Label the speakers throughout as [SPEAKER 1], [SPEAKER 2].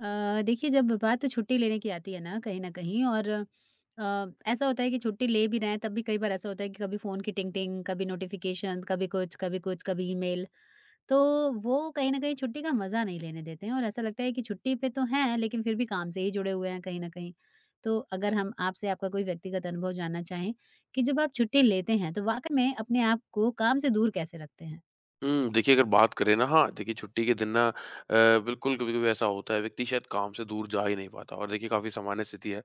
[SPEAKER 1] देखिए जब बात छुट्टी लेने की आती है ना कहीं न कहीं और ऐसा होता है कि छुट्टी ले भी रहे हैं तब भी कई बार ऐसा होता है कि कभी फ़ोन की टिंग-टिंग, कभी नोटिफ़िकेशन, कभी कुछ, कभी कुछ, कभी ईमेल। तो वो कहीं न कहीं छुट्टी का मज़ा नहीं लेने देते हैं और ऐसा लगता है कि छुट्टी पे तो हैं लेकिन फिर भी काम से ही जुड़े हुए हैं कहीं न कहीं। तो अगर हम आपसे आपका कोई व्यक्तिगत अनुभव जानना चाहें कि जब आप छुट्टी लेते हैं तो वाक़ई में अपने आप को काम से दूर कैसे रखते हैं?
[SPEAKER 2] देखिए अगर बात करें ना हाँ, देखिए छुट्टी के दिन ना बिल्कुल कभी-कभी ऐसा होता है व्यक्ति शायद काम से दूर जा ही नहीं पाता और देखिए काफ़ी सामान्य स्थिति है।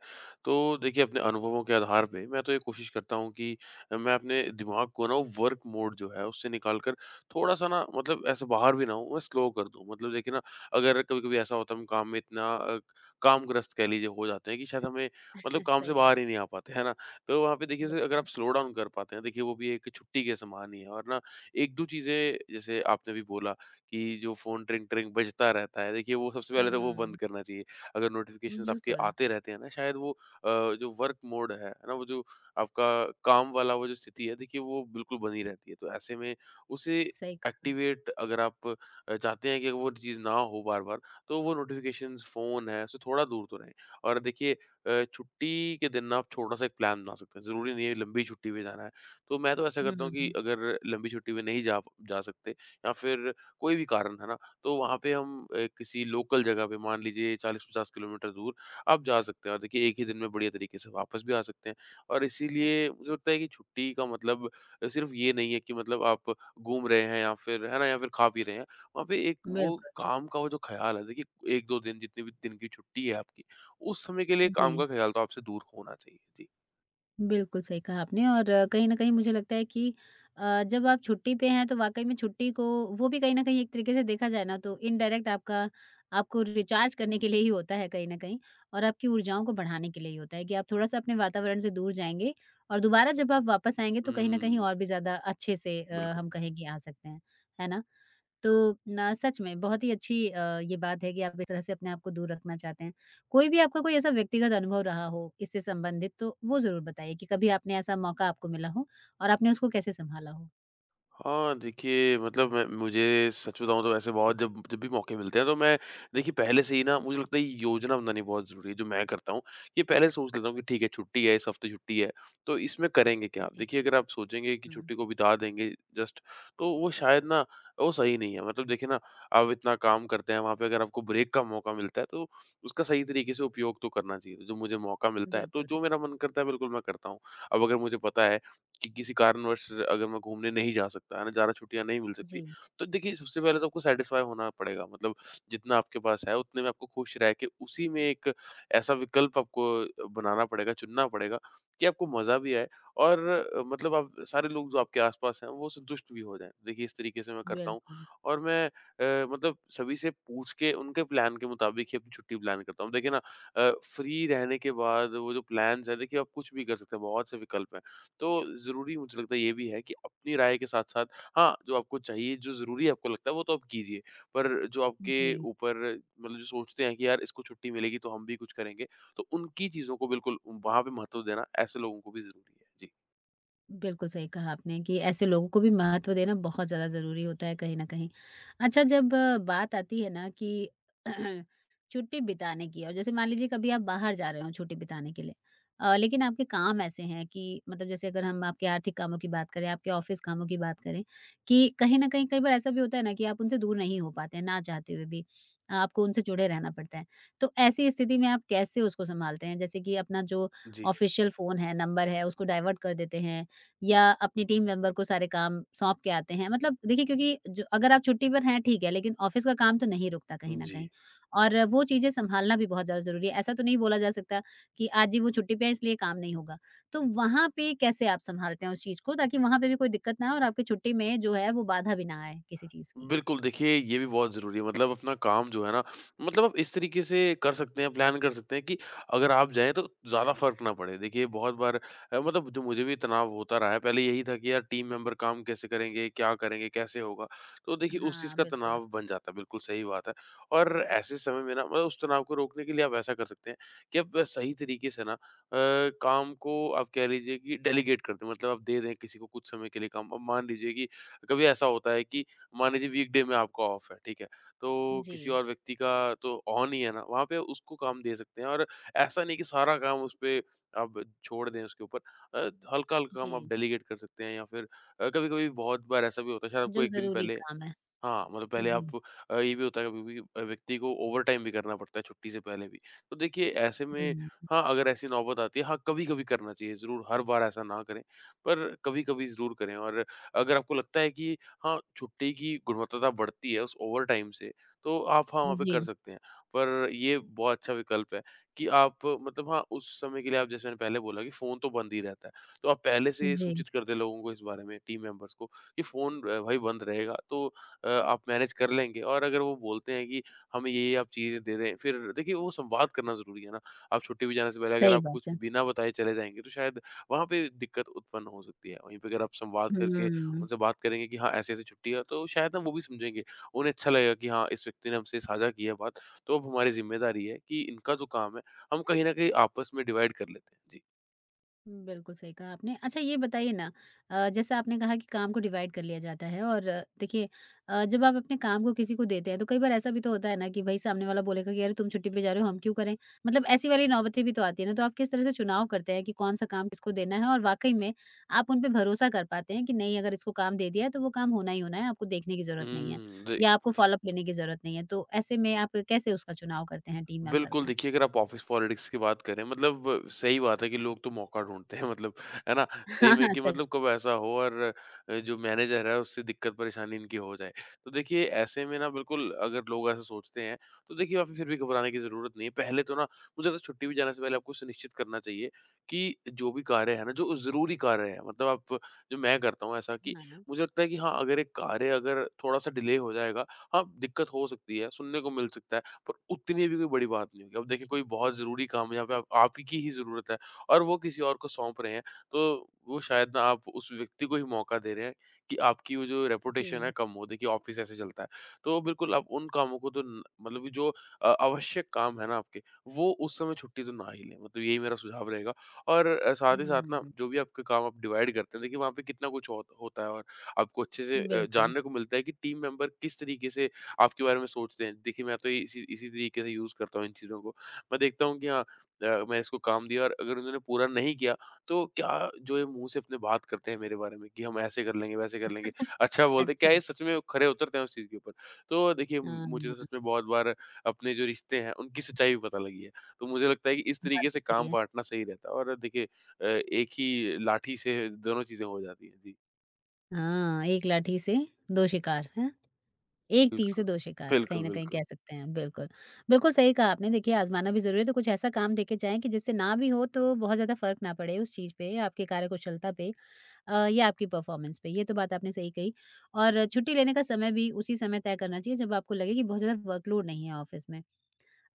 [SPEAKER 2] तो देखिए अपने अनुभवों के आधार पे मैं तो ये कोशिश करता हूँ कि मैं अपने दिमाग को ना वर्क मोड जो है उससे निकाल कर थोड़ा-सा ना मतलब ऐसे बाहर भी ना हूँ, मैं स्लो कर दूँ। मतलब देखिए ना अगर कभी-कभी ऐसा होता है हम काम में इतना कामग्रस्त कह लीजिए हो जाते हैं कि शायद हमें मतलब काम से
[SPEAKER 1] सही बात
[SPEAKER 2] बाहर ही
[SPEAKER 1] है,
[SPEAKER 2] नहीं आ पाते, है ना? तो वहाँ पे देखिए उसे अगर आप
[SPEAKER 1] बिल्कुल।
[SPEAKER 2] स्लो डाउन कर पाते हैं देखिए वो भी एक छुट्टी के समान ही है और ना 1-2 चीज़ें जैसे आपने अभी बोला कि जो फ़ोन ट्रिंग-ट्रिंग बजता रहता है, देखिए वो सबसे पहले तो वो बंद
[SPEAKER 1] हुँ,
[SPEAKER 2] करना चाहिए। अगर नोटिफ़िकेशंस आपके
[SPEAKER 1] बिल्कुल,
[SPEAKER 2] आते रहते हैं ना, शायद वो जो वर्क मोड है ना? वो जो आपका काम वाला वो जो स्थिति है, देखिए वो बिल्कुल बनी रहती है। तो ऐसे में उसे
[SPEAKER 1] सही कहा।
[SPEAKER 2] एक्टिवेट अगर आप चाहते हैं कि वो चीज़ ना हो बार-बार, तो वो नोटिफ़िकेशंस, फ़ोन है, उससे थोड़ा दूर तो रहें। और देखिए छुट्टी के दिन ना आप छोटा-सा एक प्लान बना सकते हैं। ज़रूरी नहीं है लंबी छुट्टी पे जाना है। तो मैं तो ऐसा करता हूँ कि
[SPEAKER 1] हुँ।
[SPEAKER 2] अगर लंबी छुट्टी में नहीं जा जा सकते या फिर कोई भी कारण है ना, तो वहाँ पे हम किसी लोकल जगह पे मान लीजिए 40-50 किलोमीटर दूर आप जा सकते हैं और देखिए एक ही दिन में बढ़िया तरीके से वापस भी आ सकते हैं। और इसीलिए मुझे लगता है कि छुट्टी का मतलब सिर्फ ये नहीं है कि मतलब आप घूम रहे हैं या फिर है ना, या फिर खा पी रहे हैं। वहाँ पे एक वो
[SPEAKER 1] बिल्कुल,
[SPEAKER 2] काम का वो जो ख़्याल है देखिए 1-2 दिन जितने भी दिन की छुट्टी है आपकी, उस समय के लिए
[SPEAKER 1] जी।
[SPEAKER 2] काम का ख़्याल तो आपसे दूर होना चाहिए। जी।
[SPEAKER 1] बिल्कुल सही कहा आपने और कहीं न कहीं मुझे लगता है कि जब आप छुट्टी पे हैं तो वाक़ई में छुट्टी को वो भी कहीं न कहीं एक तरीके से देखा जाए ना तो इनडायरेक्ट आपका आपको रिचार्ज करने के लिए ही होता है कहीं न कहीं और आपकी ऊर्जाओं को बढ़ाने के लिए ही होता है कि आप थोड़ा-सा अपने वातावरण से दूर जाएँगे और दोबारा जब आप वापस आएँगे तो कहीं न कहीं
[SPEAKER 2] हुँ,
[SPEAKER 1] और भी ज़्यादा अच्छे से
[SPEAKER 2] बिल्कुल।
[SPEAKER 1] हम कहें कि आ सकते हैं। है ना? तो ना सच में बहुत ही अच्छी ये बात है कि आप एक तरह से अपने आप को दूर रखना चाहते हैं। कोई भी आपका कोई ऐसा व्यक्तिगत अनुभव रहा हो इससे संबंधित तो वो ज़रूर बताइए कि कभी आपने ऐसा मौका आपको मिला हो और आपने उसको कैसे सँभाला हो?
[SPEAKER 2] हाँ, देखिए मतलब मैं मुझे सच बताऊँ तो ऐसे बहुत जब जब भी मौके मिलते हैं तो मैं देखिए पहले से ही ना मुझे लगता है ये योजना बनानी बहुत ज़रूरी है जो मैं करता हूँ। ये पहले सोच लेता हूँ कि ठीक है छुट्टी है, इस हफ़्ते छुट्टी है, तो इसमें करेंगे क्या?
[SPEAKER 1] जी।
[SPEAKER 2] देखिए अगर आप सोचेंगे कि
[SPEAKER 1] हुँ,
[SPEAKER 2] छुट्टी को बिता देंगे जस्ट तो वो शायद ना वो सही नहीं है। मतलब देखिए ना आप इतना काम करते हैं वहाँ पे अगर आपको ब्रेक का मौका मिलता है तो उसका सही तरीके से उपयोग तो करना चाहिए। जो मुझे मौका मिलता है तो
[SPEAKER 1] बिल्कुल।
[SPEAKER 2] जो मेरा मन करता है बिल्कुल मैं करता हूँ। अब अगर मुझे पता है कि किसी कारणवश अगर मैं घूमने नहीं जा सकता, है ना, ज़्यादा छुट्टियाँ नहीं मिल सकती,
[SPEAKER 1] जी,
[SPEAKER 2] तो देखिए सबसे पहले तो आपको सैटिस्फ़ाई होना पड़ेगा। मतलब जितना आपके पास है उतने में आपको खुश रह के उसी में एक ऐसा विकल्प आपको बनाना पड़ेगा, चुनना पड़ेगा कि आपको मज़ा भी आए और मतलब आप सारे लोग जो आपके आस-पास हैं वो संतुष्ट भी हो जाएँ। देखिए इस तरीके से मैं करता हूँ
[SPEAKER 1] बिल्कुल।
[SPEAKER 2] और मैं मतलब सभी से पूछ के उनके प्लान के मुताबिक ही अपनी छुट्टी प्लान करता हूँ। देखिए ना अ, फ्री रहने के बाद वो जो प्लान्स हैं देखिए आप कुछ भी कर सकते हैं, बहुत से विकल्प हैं। तो ज़रूरी मुझे लगता है ये भी है कि अपनी राय के साथ-साथ हाँ, जो आपको चाहिए, जो ज़रूरी आपको लगता है वो तो आप कीजिए। पर जो आपके
[SPEAKER 1] जी।
[SPEAKER 2] ऊपर मतलब जो सोचते हैं कि यार इसको छुट्टी मिलेगी तो हम भी कुछ करेंगे, तो उनकी चीज़ों को बिल्कुल वहाँ पे महत्व देना ऐसे लोगों को भी ज़रूरी है। जी।
[SPEAKER 1] बिल्कुल सही कहा आपने कि ऐसे लोगों को भी महत्व देना बहुत ज़्यादा ज़रूरी होता है कहीं न कहीं। अच्छा जब बात आती है ना कि छुट्टी बिताने की और जैसे मान लीजिए कभी आप बाहर जा रहे हो छुट्टी बिताने के लिए, लेकिन आपके काम ऐसे हैं कि मतलब जैसे अगर हम आपके आर्थिक कामों की बात करें, आपके ऑफ़िस कामों की बात करें कि कहीं न कहीं कई बार ऐसा भी होता है ना कि आप उनसे दूर नहीं हो पाते हैं, ना चाहते हुए भी। आपको उनसे जुड़े रहना पड़ता है। तो ऐसी स्थिति में आप कैसे उसको सँभालते हैं? जैसे कि अपना जो
[SPEAKER 2] जी,
[SPEAKER 1] ऑफ़िशियल फ़ोन है, नंबर है उसको डाइवर्ट कर देते हैं या अपने टीम मेंबर को सारे काम सौंप के आते हैं। मतलब देखिए क्योंकि जो अगर आप छुट्टी पर हैं ठीक है, लेकिन ऑफ़िस का काम तो नहीं रुकता कहीं न
[SPEAKER 2] जी।
[SPEAKER 1] कहीं और वो चीज़ें सँभालना भी बहुत ज़्यादा ज़रूरी है। ऐसा तो नहीं बोला जा सकता कि आज जी वो छुट्टी पे है इसलिए काम नहीं होगा। तो वहाँ पे कैसे आप सँभालते हैं उस चीज़ को ताकि वहाँ पे भी कोई दिक्कत ना आए और आपकी छुट्टी में जो है वो बाधा भी ना आए किसी चीज़ की?
[SPEAKER 2] बिल्कुल, देखिए ये भी बहुत ज़रूरी है मतलब अपना काम जो है ना मतलब आप इस तरीके से कर सकते हैं, प्लान कर सकते हैं कि अगर आप जाएँ तो ज़्यादा फ़र्क ना पड़े। देखिए बहुत बार मतलब जो मुझे भी तनाव होता रहा है, पहले यही था कि यार टीम मेंबर काम कैसे करेंगे, क्या करेंगे, कैसे होगा? तो देखिए उस चीज़
[SPEAKER 1] हाँ,
[SPEAKER 2] का
[SPEAKER 1] बिल्कुल।
[SPEAKER 2] तनाव बन जाता है, बिल्कुल सही बात है। और ऐसे समय में ना मतलब उस तनाव को रोकने के लिए आप ऐसा कर सकते हैं कि आप सही तरीके से ना काम को आप कह लीजिए कि डेलीगेट कर दें मतलब आप दे दें किसी को कुछ समय के लिए काम। अब मान लीजिए कि कभी ऐसा होता है कि मान लीजिए वीकडे में आपका ऑफ है, ठीक है? तो किसी
[SPEAKER 1] जी,
[SPEAKER 2] और व्यक्ति का तो ऑन ही है ना, वहाँ पे उसको काम दे सकते हैं और ऐसा नहीं कि सारा काम उस पे आप छोड़ दें उसके ऊपर। हल्का-हल्का काम आप
[SPEAKER 1] जी।
[SPEAKER 2] डेलीगेट कर सकते हैं या फिर कभी-कभी बहुत बार ऐसा भी होता है शायद आपको
[SPEAKER 1] जो
[SPEAKER 2] 1 दिन
[SPEAKER 1] ज़रूरी
[SPEAKER 2] पहले
[SPEAKER 1] काम है।
[SPEAKER 2] हाँ, मतलब पहले
[SPEAKER 1] जी।
[SPEAKER 2] आप ये भी होता है कभी-कभी व्यक्ति को ओवरटाइम भी करना पड़ता है छुट्टी से पहले भी। तो देखिए ऐसे में
[SPEAKER 1] हुँ।
[SPEAKER 2] हाँ, अगर ऐसी नौबत आती है, हाँ, कभी-कभी करना चाहिए ज़रूर, हर बार ऐसा ना करें, पर कभी-कभी ज़रूर करें और अगर आपको लगता है कि हाँ, छुट्टी की गुणवत्ता बढ़ती है उस ओवरटाइम से, तो आप हाँ, वहाँ पे कर
[SPEAKER 1] जी,
[SPEAKER 2] सकते हैं। पर ये बहुत अच्छा विकल्प है कि आप मतलब हाँ, उस समय के लिए आप जैसे मैंने पहले बोला कि फ़ोन तो बंद ही रहता है, तो आप पहले से
[SPEAKER 1] जी।
[SPEAKER 2] सूचित कर दें लोगों को इस बारे में, टीम मेंबर्स को कि फ़ोन भाई बंद रहेगा, तो आप मैनेज कर लेंगे और अगर वो बोलते हैं कि हमें ये आप चीज़ें दे दें, फिर देखिए वो संवाद करना ज़रूरी है ना। आप छुट्टी पे जाने से पहले अगर
[SPEAKER 1] सही
[SPEAKER 2] आप
[SPEAKER 1] बात
[SPEAKER 2] कुछ
[SPEAKER 1] है।
[SPEAKER 2] बिना बताए चले जाएँगे तो शायद वहाँ पे दिक्कत उत्पन्न हो सकती है। वहीं पे अगर आप संवाद करके
[SPEAKER 1] हुँ।
[SPEAKER 2] उनसे बात करेंगे कि हाँ, ऐसे-ऐसे छुट्टी है तो शायद ना वो भी समझेंगे। उन्हें अच्छा लगेगा कि हाँ, इस व्यक्ति ने हमसे साझा की है बात, तो अब हमारी ज़िम्मेदारी है कि इनका जो काम है हम कहीं न कहीं आपस में डिवाइड कर लेते हैं। जी।
[SPEAKER 1] बिल्कुल सही कहा आपने। अच्छा ये बताइए ना जैसे आपने कहा कि काम को डिवाइड कर लिया जाता है और देखिए जब आप अपने काम को किसी को देते हैं तो कई बार ऐसा भी तो होता है ना कि भाई सामने वाला बोलेगा कि अरे तुम छुट्टी पे जा रहे हो हम क्यों करें? मतलब ऐसी वाली नौबतें भी तो आती है ना, तो आप किस तरह से चुनाव करते हैं कि कौन सा काम किसको देना है और वाक़ई में आप उन पे भरोसा कर पाते हैं कि नहीं अगर इसको काम दे दिया है तो वो काम होना ही होना है, आपको देखने की ज़रूरत नहीं है
[SPEAKER 2] हुँ, जी।
[SPEAKER 1] या आपको फ़ॉलो-अप लेने की ज़रूरत नहीं है। तो ऐसे में आप कैसे उसका चुनाव करते हैं टीम मेंबर
[SPEAKER 2] बिल्कुल,
[SPEAKER 1] का?
[SPEAKER 2] देखिए अगर आप ऑफ़िस पॉलिटिक्स की बात करें मतलब सही बात है कि लोग तो मौका ढूँढते हैं मतलब, है ना? सही
[SPEAKER 1] हाँ,
[SPEAKER 2] में
[SPEAKER 1] हाँ,
[SPEAKER 2] कि
[SPEAKER 1] सच
[SPEAKER 2] मतलब कब ऐसा हो और जो मैनेजर है उससे दिक्कत परेशानी इनकी हो जाए। तो देखिए ऐसे में ना बिल्कुल अगर लोग ऐसा सोचते हैं, तो देखिए आपको फिर भी घबराने की ज़रूरत नहीं है। पहले तो ना मुझे लगता है छुट्टी पे जाने से पहले आपको सुनिश्चित करना चाहिए कि जो भी कार्य है ना, जो ज़रूरी कार्य है मतलब आप जो मैं करता हूँ ऐसा कि
[SPEAKER 1] में। हाँ,
[SPEAKER 2] मुझे लगता है कि हाँ, अगर एक कार्य अगर थोड़ा-सा डिले हो जाएगा, हाँ, दिक्कत हो सकती है, सुनने को मिल सकता है। पर उतनी भी कोई बड़ी बात नहीं होगी। अब देखिए कोई बहुत ज़रूरी काम है, यहाँ पे आप ही की ही ज़रूरत है और वो किसी और को सौंप रहे हैं, तो वो शायद ना आप उस व्यक्ति को ही मौका दे रहे हैं कि आपकी वो जो
[SPEAKER 1] जी।
[SPEAKER 2] रेपुटेशन है कम हो। देखिए ऑफ़िस ऐसे चलता है, तो बिल्कुल आप उन कामों को तो न मतलब कि जो आवश्यक काम है ना आपके, वो उस समय छुट्टी तो ना ही लें, मतलब यही मेरा सुझाव रहेगा। और साथ ही साथ ना
[SPEAKER 1] हुँ।
[SPEAKER 2] जो भी आपके काम आप डिवाइड करते हैं, देखिए वहाँ पे कितना कुछ होता है और आपको अच्छे से
[SPEAKER 1] बिल्कुल,
[SPEAKER 2] जानने को मिलता है कि टीम मेंबर किस तरीके से आपके बारे में सोचते हैं। देखिए मैं तो इसी इसी तरीके से यूज़ करता हूँ इन चीज़ों को। मैं देखता हूँ कि हाँ मैं इसको काम दिया और अगर उन्होंने पूरा नहीं किया तो क्या जो ये मुँह से अपने बात करते हैं मेरे बारे में कि हम ऐसे कर लेंगे, वैसे कर लेंगे। अच्छा बोलते हैं, क्या ये
[SPEAKER 1] अच्छा,
[SPEAKER 2] सच में खरे उतरते हैं उस चीज़ के ऊपर? तो देखिए मुझे तो
[SPEAKER 1] हाँ,
[SPEAKER 2] सच में बहुत बार अपने जो रिश्ते हैं उनकी सच्चाई भी पता लगी है। तो मुझे लगता है कि इस
[SPEAKER 1] बात
[SPEAKER 2] तरीके से
[SPEAKER 1] तो सही
[SPEAKER 2] काम
[SPEAKER 1] है।
[SPEAKER 2] बाँटना सही रहता है और देखिए एक ही लाठी से दोनों चीज़ें हो जाती हैं। जी,
[SPEAKER 1] हाँ, एक लाठी से 2 शिकार, हैं? एक तीर से
[SPEAKER 2] बिल्कुल।
[SPEAKER 1] 2 शिकार, कहीं
[SPEAKER 2] बिल्कुल,
[SPEAKER 1] न कहीं कह
[SPEAKER 2] बिल्कुल।
[SPEAKER 1] सकते हैं, बिल्कुल। बिल्कुल सही कहा आपने, देखिए आज़माना भी ज़रूरी है, तो कुछ ऐसा काम देके जाएँ कि जिससे ना भी हो तो बहुत ज़्यादा फ़र्क ना पड़े उस चीज़ पे, आपकी कार्यकुशलता पे, या आपकी परफ़ॉर्मेंस पे, ये तो बात आपने सही कही। और छुट्टी लेने का समय भी उसी समय तय करना चाहिए जब आपको लगे कि बहुत ज़्यादा वर्कलोड नहीं है ऑफ़िस में।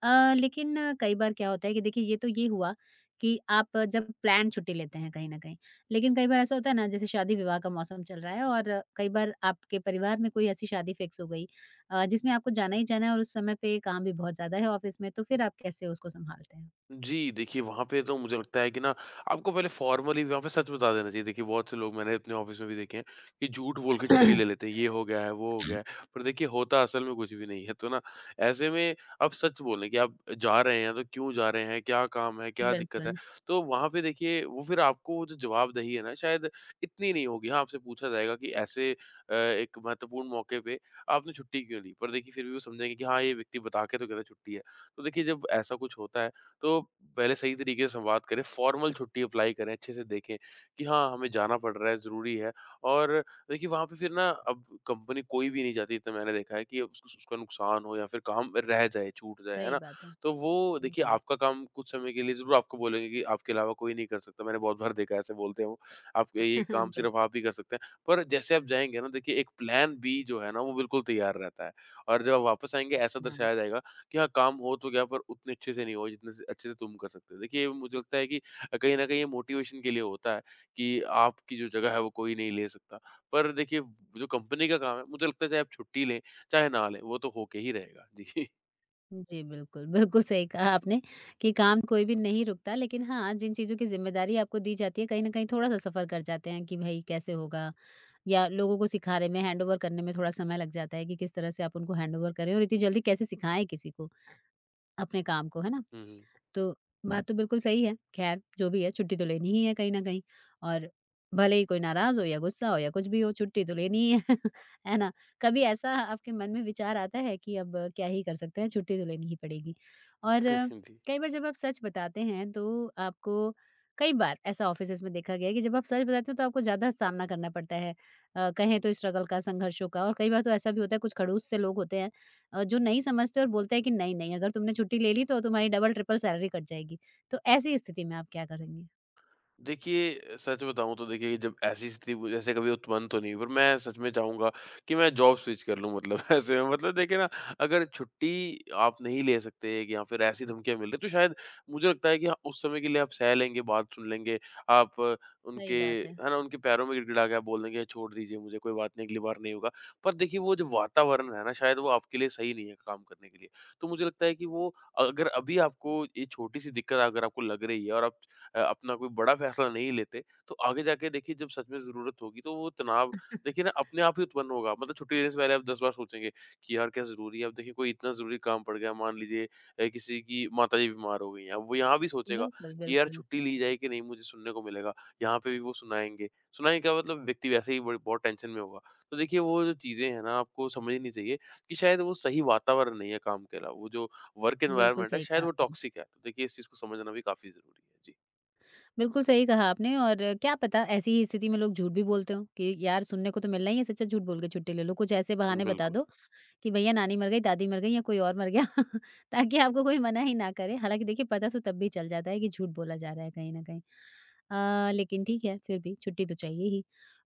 [SPEAKER 1] लेकिन कई बार क्या होता है कि देखिए ये तो ये हुआ कि आप, जब प्लान छुट्टी लेते हैं कहीं न कहीं। लेकिन कई बार ऐसा होता है ना जैसे शादी-विवाह का मौसम चल रहा है और कई बार आपके परिवार में कोई ऐसी शादी फिक्स हो गई, जिसमें आपको जाना ही जाना है और उस समय पे काम भी बहुत ज़्यादा है ऑफ़िस में, तो फिर आप कैसे उसको सँभालते हैं?
[SPEAKER 2] जी, देखिए वहाँ पे तो मुझे लगता है कि ना आपको पहले फ़ॉर्मली वहाँ पे सच बता देना चाहिए। देखिए बहुत से लोग मैंने अपने ऑफ़िस में भी देखे हैं कि झूठ बोल के छुट्टी ले लेते हैं, ये हो गया है, वो हो गया है। पर देखिए होता असल में कुछ भी नहीं है। तो ना ऐसे में आप सच बोलें कि आप जा रहे हैं, तो क्यों जा रहे हैं, क्या काम है, क्या दिक्कत है?
[SPEAKER 1] बिल्कुल,
[SPEAKER 2] तो वहाँ पे देखिए वो फिर आपको वो जो जवाबदेही है ना शायद इतनी नहीं होगी। हाँ, आपसे पूछा जाएगा कि ऐसे एक महत्वपूर्ण मौके पे आपने छुट्टी क्यों ली? पर देखिए फिर भी वो समझेंगे कि हाँ, ये व्यक्ति बता के तो गया था छुट्टी है। तो देखिए जब ऐसा कुछ होता है तो पहले सही तरीके से संवाद करें, फॉर्मल छुट्टी अप्लाई करें, अच्छे से देखें कि हाँ, हमें जाना पड़ रहा है, ज़रूरी है। और देखिए वहाँ पे फिर ना, अब कंपनी कोई भी नहीं चाहती, इतना मैंने देखा है, कि उस उसका नुकसान हो या फिर काम रह जाए, छूट जाए, है
[SPEAKER 1] सही
[SPEAKER 2] ना?
[SPEAKER 1] बात है।
[SPEAKER 2] तो वो देखिए
[SPEAKER 1] जी।
[SPEAKER 2] आपका काम कुछ समय के लिए ज़रूर आपको बोलेंगे कि आपके अलावा कोई नहीं कर सकता, मैंने बहुत बार देखा है ऐसे बोलते हैं वो, आप ये काम
[SPEAKER 1] बिल्कुल
[SPEAKER 2] सिर्फ़ आप ही कर सकते हैं। पर जैसे आप जाएँगे ना देखिए, एक प्लान बी जो है ना वो बिल्कुल तैयार रहता है। और जब आप वापस आएँगे, ऐसा
[SPEAKER 1] सही कहा।
[SPEAKER 2] दर्शाया जाएगा कि हाँ, काम हो तो गया पर उतने अच्छे से नहीं हुआ जितने से अच्छे से तुम कर सकते हो। देखिए, मुझे लगता है कि कहीं न कहीं ये मोटिवेशन के लिए होता है, कि आपकी जो जगह है वो कोई नहीं ले सकता। पर देखिए, जो कंपनी का काम है मुझे लगता है चाहे आप छुट्टी लें, चाहे ना लें, वो तो होके ही रहेगा। जी।
[SPEAKER 1] जी, बिल्कुल, बिल्कुल सही कहा आपने कि काम कोई भी नहीं रुकता लेकिन हाँ, जिन चीज़ों की ज़िम्मेदारी आपको दी जाती है कहीं न कहीं थोड़ा-सा सफ़र कर जाते हैं कि भई कैसे होगा या लोगों को सिखाने में, हैंडओवर करने में थोड़ा समय लग जाता है कि किस तरह से आप उनको हैंडओवर करें और इतनी जल्दी कैसे सिखाएँ किसी को अपने काम को, है ना?
[SPEAKER 2] हुँ, हुँ।
[SPEAKER 1] तो बात तो बिल्कुल सही है। ख़ैर जो भी है छुट्टी तो लेनी ही है कहीं न कहीं और भले ही कोई नाराज़ हो या गुस्सा हो या कुछ भी हो छुट्टी तो लेनी ही है। है ना? कभी ऐसा आपके मन में विचार आता है कि अब क्या ही कर सकते हैं छुट्टी तो लेनी ही पड़ेगी? और
[SPEAKER 2] जी।
[SPEAKER 1] कई बार जब आप सच बताते हैं तो आपको कई बार ऐसा ऑफ़िसेज़ में देखा गया है कि जब आप सच बताते हो तो आपको ज़्यादा सामना करना पड़ता है। कहें तो स्ट्रगल का, संघर्षों का और कई बार तो ऐसा भी होता है कुछ खड़ूस से लोग होते हैं, जो नहीं समझते और बोलते हैं कि नहीं, नहीं अगर तुमने छुट्टी ले ली तो तुम्हारी डबल ट्रिपल सैलरी कट जाएगी। तो ऐसी स्थिति में आप क्या करेंगे?
[SPEAKER 2] देखिए, सच बताऊँ तो देखिए, जब ऐसी स्थिति वो जैसे कभी उत्पन्न तो नहीं हुई, पर मैं सच में चाहूँगा कि मैं जॉब स्विच कर लूँ मतलब। ऐसे में मतलब देखिए ना, अगर छुट्टी आप नहीं ले सकते या फिर ऐसी धमकियाँ मिल रही, तो शायद मुझे लगता है कि हाँ, उस समय के लिए आप सह लेंगे, बात सुन लेंगे। आप अ,
[SPEAKER 1] सही
[SPEAKER 2] उनके
[SPEAKER 1] बात है।
[SPEAKER 2] है ना, उनके पैरों में गिड़गिड़ा के आप बोल देंगे छोड़ दीजिए मुझे, कोई बात नहीं, अगली बार नहीं होगा। पर देखिए वो जो वातावरण है ना, शायद वो आपके लिए सही नहीं है काम करने के लिए। तो मुझे लगता है कि वो, अगर अभी आपको ये छोटी-सी दिक्कत अगर आपको लग रही है और आप अपना कोई बड़ा फैसला नहीं लेते, तो आगे जाके देखिए, जब सच में ज़रूरत होगी तो वो तनाव देखिए ना अपने आप ही उत्पन्न होगा। मतलब छुट्टी लेने से पहले आप 10 बार सोचेंगे कि यार क्या ज़रूरी है? अब देखिए कोई इतना ज़रूरी काम पड़ गया, मान लीजिए किसी की माताजी बीमार हो गई हैं, अब वो यहाँ भी सोचेगा
[SPEAKER 1] बिल्कुल,
[SPEAKER 2] कि यार
[SPEAKER 1] बिल्कुल।
[SPEAKER 2] छुट्टी ली जाए कि नहीं, मुझे सुनने को मिलेगा, यहाँ पे भी वो सुनाएँगे। सुनाएँगे क्या मतलब, व्यक्ति वैसे ही बड़ी बहुत टेंशन में होगा। तो देखिए वो जो चीज़ें हैं ना, आपको समझनी चाहिए कि शायद वो सही वातावरण नहीं है। काम के अलावा वो जो वर्क
[SPEAKER 1] बिल्कुल
[SPEAKER 2] एनवायरनमेंट है,
[SPEAKER 1] सही
[SPEAKER 2] शायद
[SPEAKER 1] कहा
[SPEAKER 2] वो
[SPEAKER 1] आपने।
[SPEAKER 2] टॉक्सिक है। तो देखिए इस चीज़ को समझना भी काफ़ी ज़रूरी है। जी।
[SPEAKER 1] बिल्कुल सही कहा आपने और क्या पता ऐसी ही स्थिति में लोग झूठ भी बोलते हों कि यार सुनने को तो मिलना ही है सच्चा झूठ बोल के छुट्टी ले लो। कुछ ऐसे बहाने बता
[SPEAKER 2] बिल्कुल।
[SPEAKER 1] दो कि भैया नानी मर गई, दादी मर गई या कोई और मर गया ताकि आपको कोई मना ही ना करे। हालाँकि देखिए पता तो तब भी चल जाता है कि झूठ बोला जा रहा है कहीं न कहीं। लेकिन ठीक है फिर भी छुट्टी तो चाहिए ही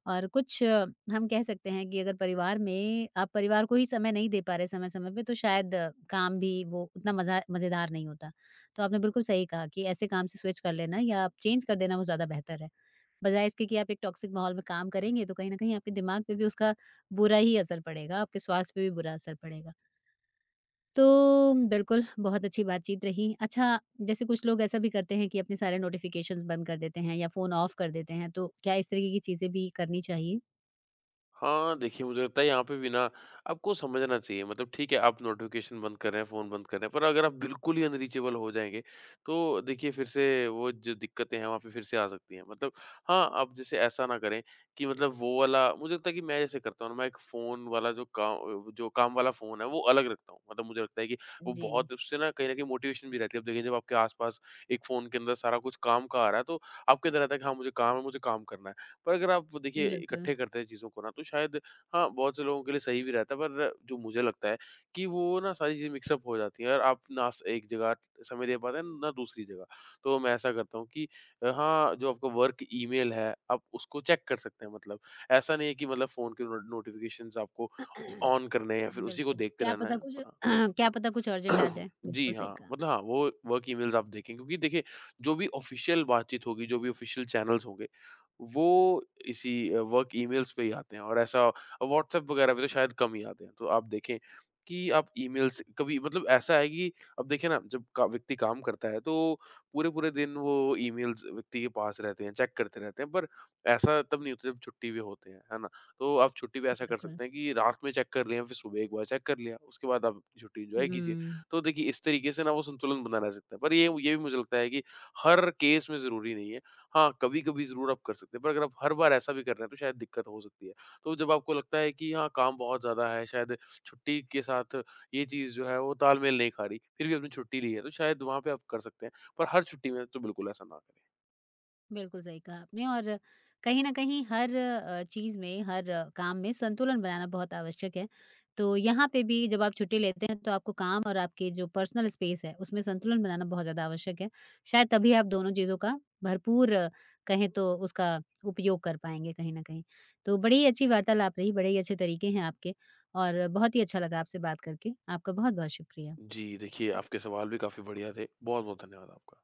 [SPEAKER 1] और कुछ, हम कह सकते हैं कि अगर परिवार में आप परिवार को ही समय नहीं दे पा रहे समय-समय पे तो शायद काम भी वो उतना मज़ा मज़ेदार नहीं होता। तो आपने बिल्कुल सही कहा कि ऐसे काम से स्विच कर लेना या आप चेंज कर देना वो ज़्यादा बेहतर है। बजाय इसके कि आप एक टॉक्सिक माहौल में काम करेंगे तो कहीं न कहीं आपके दिमाग पे भी उसका बुरा ही असर पड़ेगा, आपके स्वास्थ्य पे भी बुरा असर पड़ेगा। तो बिल्कुल, बहुत अच्छी बातचीत रही। अच्छा, जैसे कुछ लोग ऐसा भी करते हैं कि अपने सारे नोटिफ़िकेशंस बंद कर देते हैं या फ़ोन ऑफ कर देते हैं, तो क्या इस तरीके की चीज़ें भी करनी चाहिए?
[SPEAKER 2] हाँ, देखिए मुझे लगता है यहाँ पे भी ना, आपको समझना चाहिए। मतलब ठीक है, आप नोटिफ़िकेशन बंद कर रहे हैं, फ़ोन बंद कर रहे हैं, पर अगर आप बिल्कुल ही अनरीचेबल हो जाएँगे, तो देखिए फिर से वो जो दिक्कतें हैं वहाँ पे फिर से आ सकती हैं। मतलब हाँ, आप जैसे ऐसा ना करें कि मतलब वो वाला, मुझे लगता है कि मैं जैसे करता हूँ ना, मैं एक फ़ोन वाला जो काम वाला फ़ोन है वो अलग रखता हूँ। मतलब मुझे लगता है कि वो
[SPEAKER 1] जी,
[SPEAKER 2] बहुत, उससे ना कहीं न कहीं मोटिवेशन भी रहती है। अब देखिए जब आपके आस-पास एक फ़ोन के अंदर सारा कुछ काम का आ रहा है, तो आपके अंदर रहता है कि हाँ, मुझे काम है, मुझे काम करना है। पर अगर आप देखिए
[SPEAKER 1] बिल्कुल।
[SPEAKER 2] इकट्ठे करते हैं चीज़ों को ना, तो शायद हाँ, बहुत से लोगों के लिए सही भी रहता है, पर जो मुझे लगता है कि वो ना सारी चीज़ें मिक्सअप हो जाती हैं और आप ना स एक जगह समय दे पाते हैं ना दूसरी जगह। तो मैं ऐसा करता हूँ कि हाँ, जो आपका वर्क ईमेल है आप उसको चेक कर सकते हैं मतलब। ऐसा नहीं है कि मतलब फ़ोन के नो नोटिफ़िकेशंस आपको
[SPEAKER 1] बिल्कुल।
[SPEAKER 2] ऑन करने हैं या फिर उसी को
[SPEAKER 1] बिल्कुल,
[SPEAKER 2] देखते
[SPEAKER 1] क्या
[SPEAKER 2] रहना
[SPEAKER 1] पता
[SPEAKER 2] है।
[SPEAKER 1] कुछ
[SPEAKER 2] पर हाँ,
[SPEAKER 1] क्या पता कुछ अर्जेंट आ
[SPEAKER 2] बिल्कुल।
[SPEAKER 1] जाए।
[SPEAKER 2] जी
[SPEAKER 1] बिल्कुल सही
[SPEAKER 2] हाँ,
[SPEAKER 1] कहा,
[SPEAKER 2] मतलब हाँ, वो वर्क ईमेल्स आप देखें, क्योंकि देखिए जो भी ऑफ़िशियल बातचीत होगी, जो भी ऑफ़िशियल चैनल्स होंगे, वो इसी वर्क ईमेल्स पे ही आते हैं, और ऐसा व्हाट्सएप वगैरह पे तो शायद कम ही आते हैं। तो आप देखें कि आप ईमेल्स कभी मतलब, ऐसा है कि अब देखिए ना, जब का व्यक्ति काम करता है तो पूरे-पूरे दिन वो ईमेल्स व्यक्ति के पास रहते हैं, चेक करते रहते हैं। पर ऐसा तब नहीं होता जब छुट्टी पे होते हैं, है ना? तो आप छुट्टी पे ऐसा कर
[SPEAKER 1] बिल्कुल।
[SPEAKER 2] सकते हैं कि रात में चेक कर लिया, फिर सुबह एक बार चेक कर लिया, उसके बाद आप अपनी छुट्टी एन्जॉय कीजिए।
[SPEAKER 1] हुँ।
[SPEAKER 2] तो देखिए इस तरीके से ना, वो संतुलन बना रह सकता है। पर ये भी मुझे लगता है कि हर केस में ज़रूरी नहीं है। हाँ, कभी-कभी ज़रूर आप कर सकते हैं, पर अगर आप हर बार ऐसा भी कर रहे हैं, तो शायद दिक्कत हो सकती है। तो जब आपको लगता है कि हाँ, काम बहुत ज़्यादा है, शायद छुट्टी के साथ ये चीज़ जो है, वो तालमेल नहीं खा रही, फिर भी आपने छुट्टी ली है, तो शायद वहाँ पे आप कर सकते हैं। पर हर छुट्टी में तो बिल्कुल ऐसा ना करें।
[SPEAKER 1] बिल्कुल सही कहा आपने और कहीं न कहीं हर चीज़ में, हर काम में संतुलन बनाना बहुत आवश्यक है। तो यहाँ पे भी जब आप छुट्टी लेते हैं तो आपको काम और आपके जो पर्सनल स्पेस है, उसमें संतुलन बनाना बहुत ज़्यादा आवश्यक है। शायद तभी आप दोनों चीज़ों का भरपूर कहें तो उसका उपयोग कर पाएँगे कहीं न कहीं। तो बड़ी ही अच्छी वार्तालाप रही, बड़े ही अच्छे तरीके हैं आपके और बहुत ही अच्छा लगा आपसे बात करके। आपका बहुत-बहुत शुक्रिया।
[SPEAKER 2] जी, देखिए, आपके सवाल भी काफ़ी बढ़िया थे। बहुत-बहुत धन्यवाद आपका।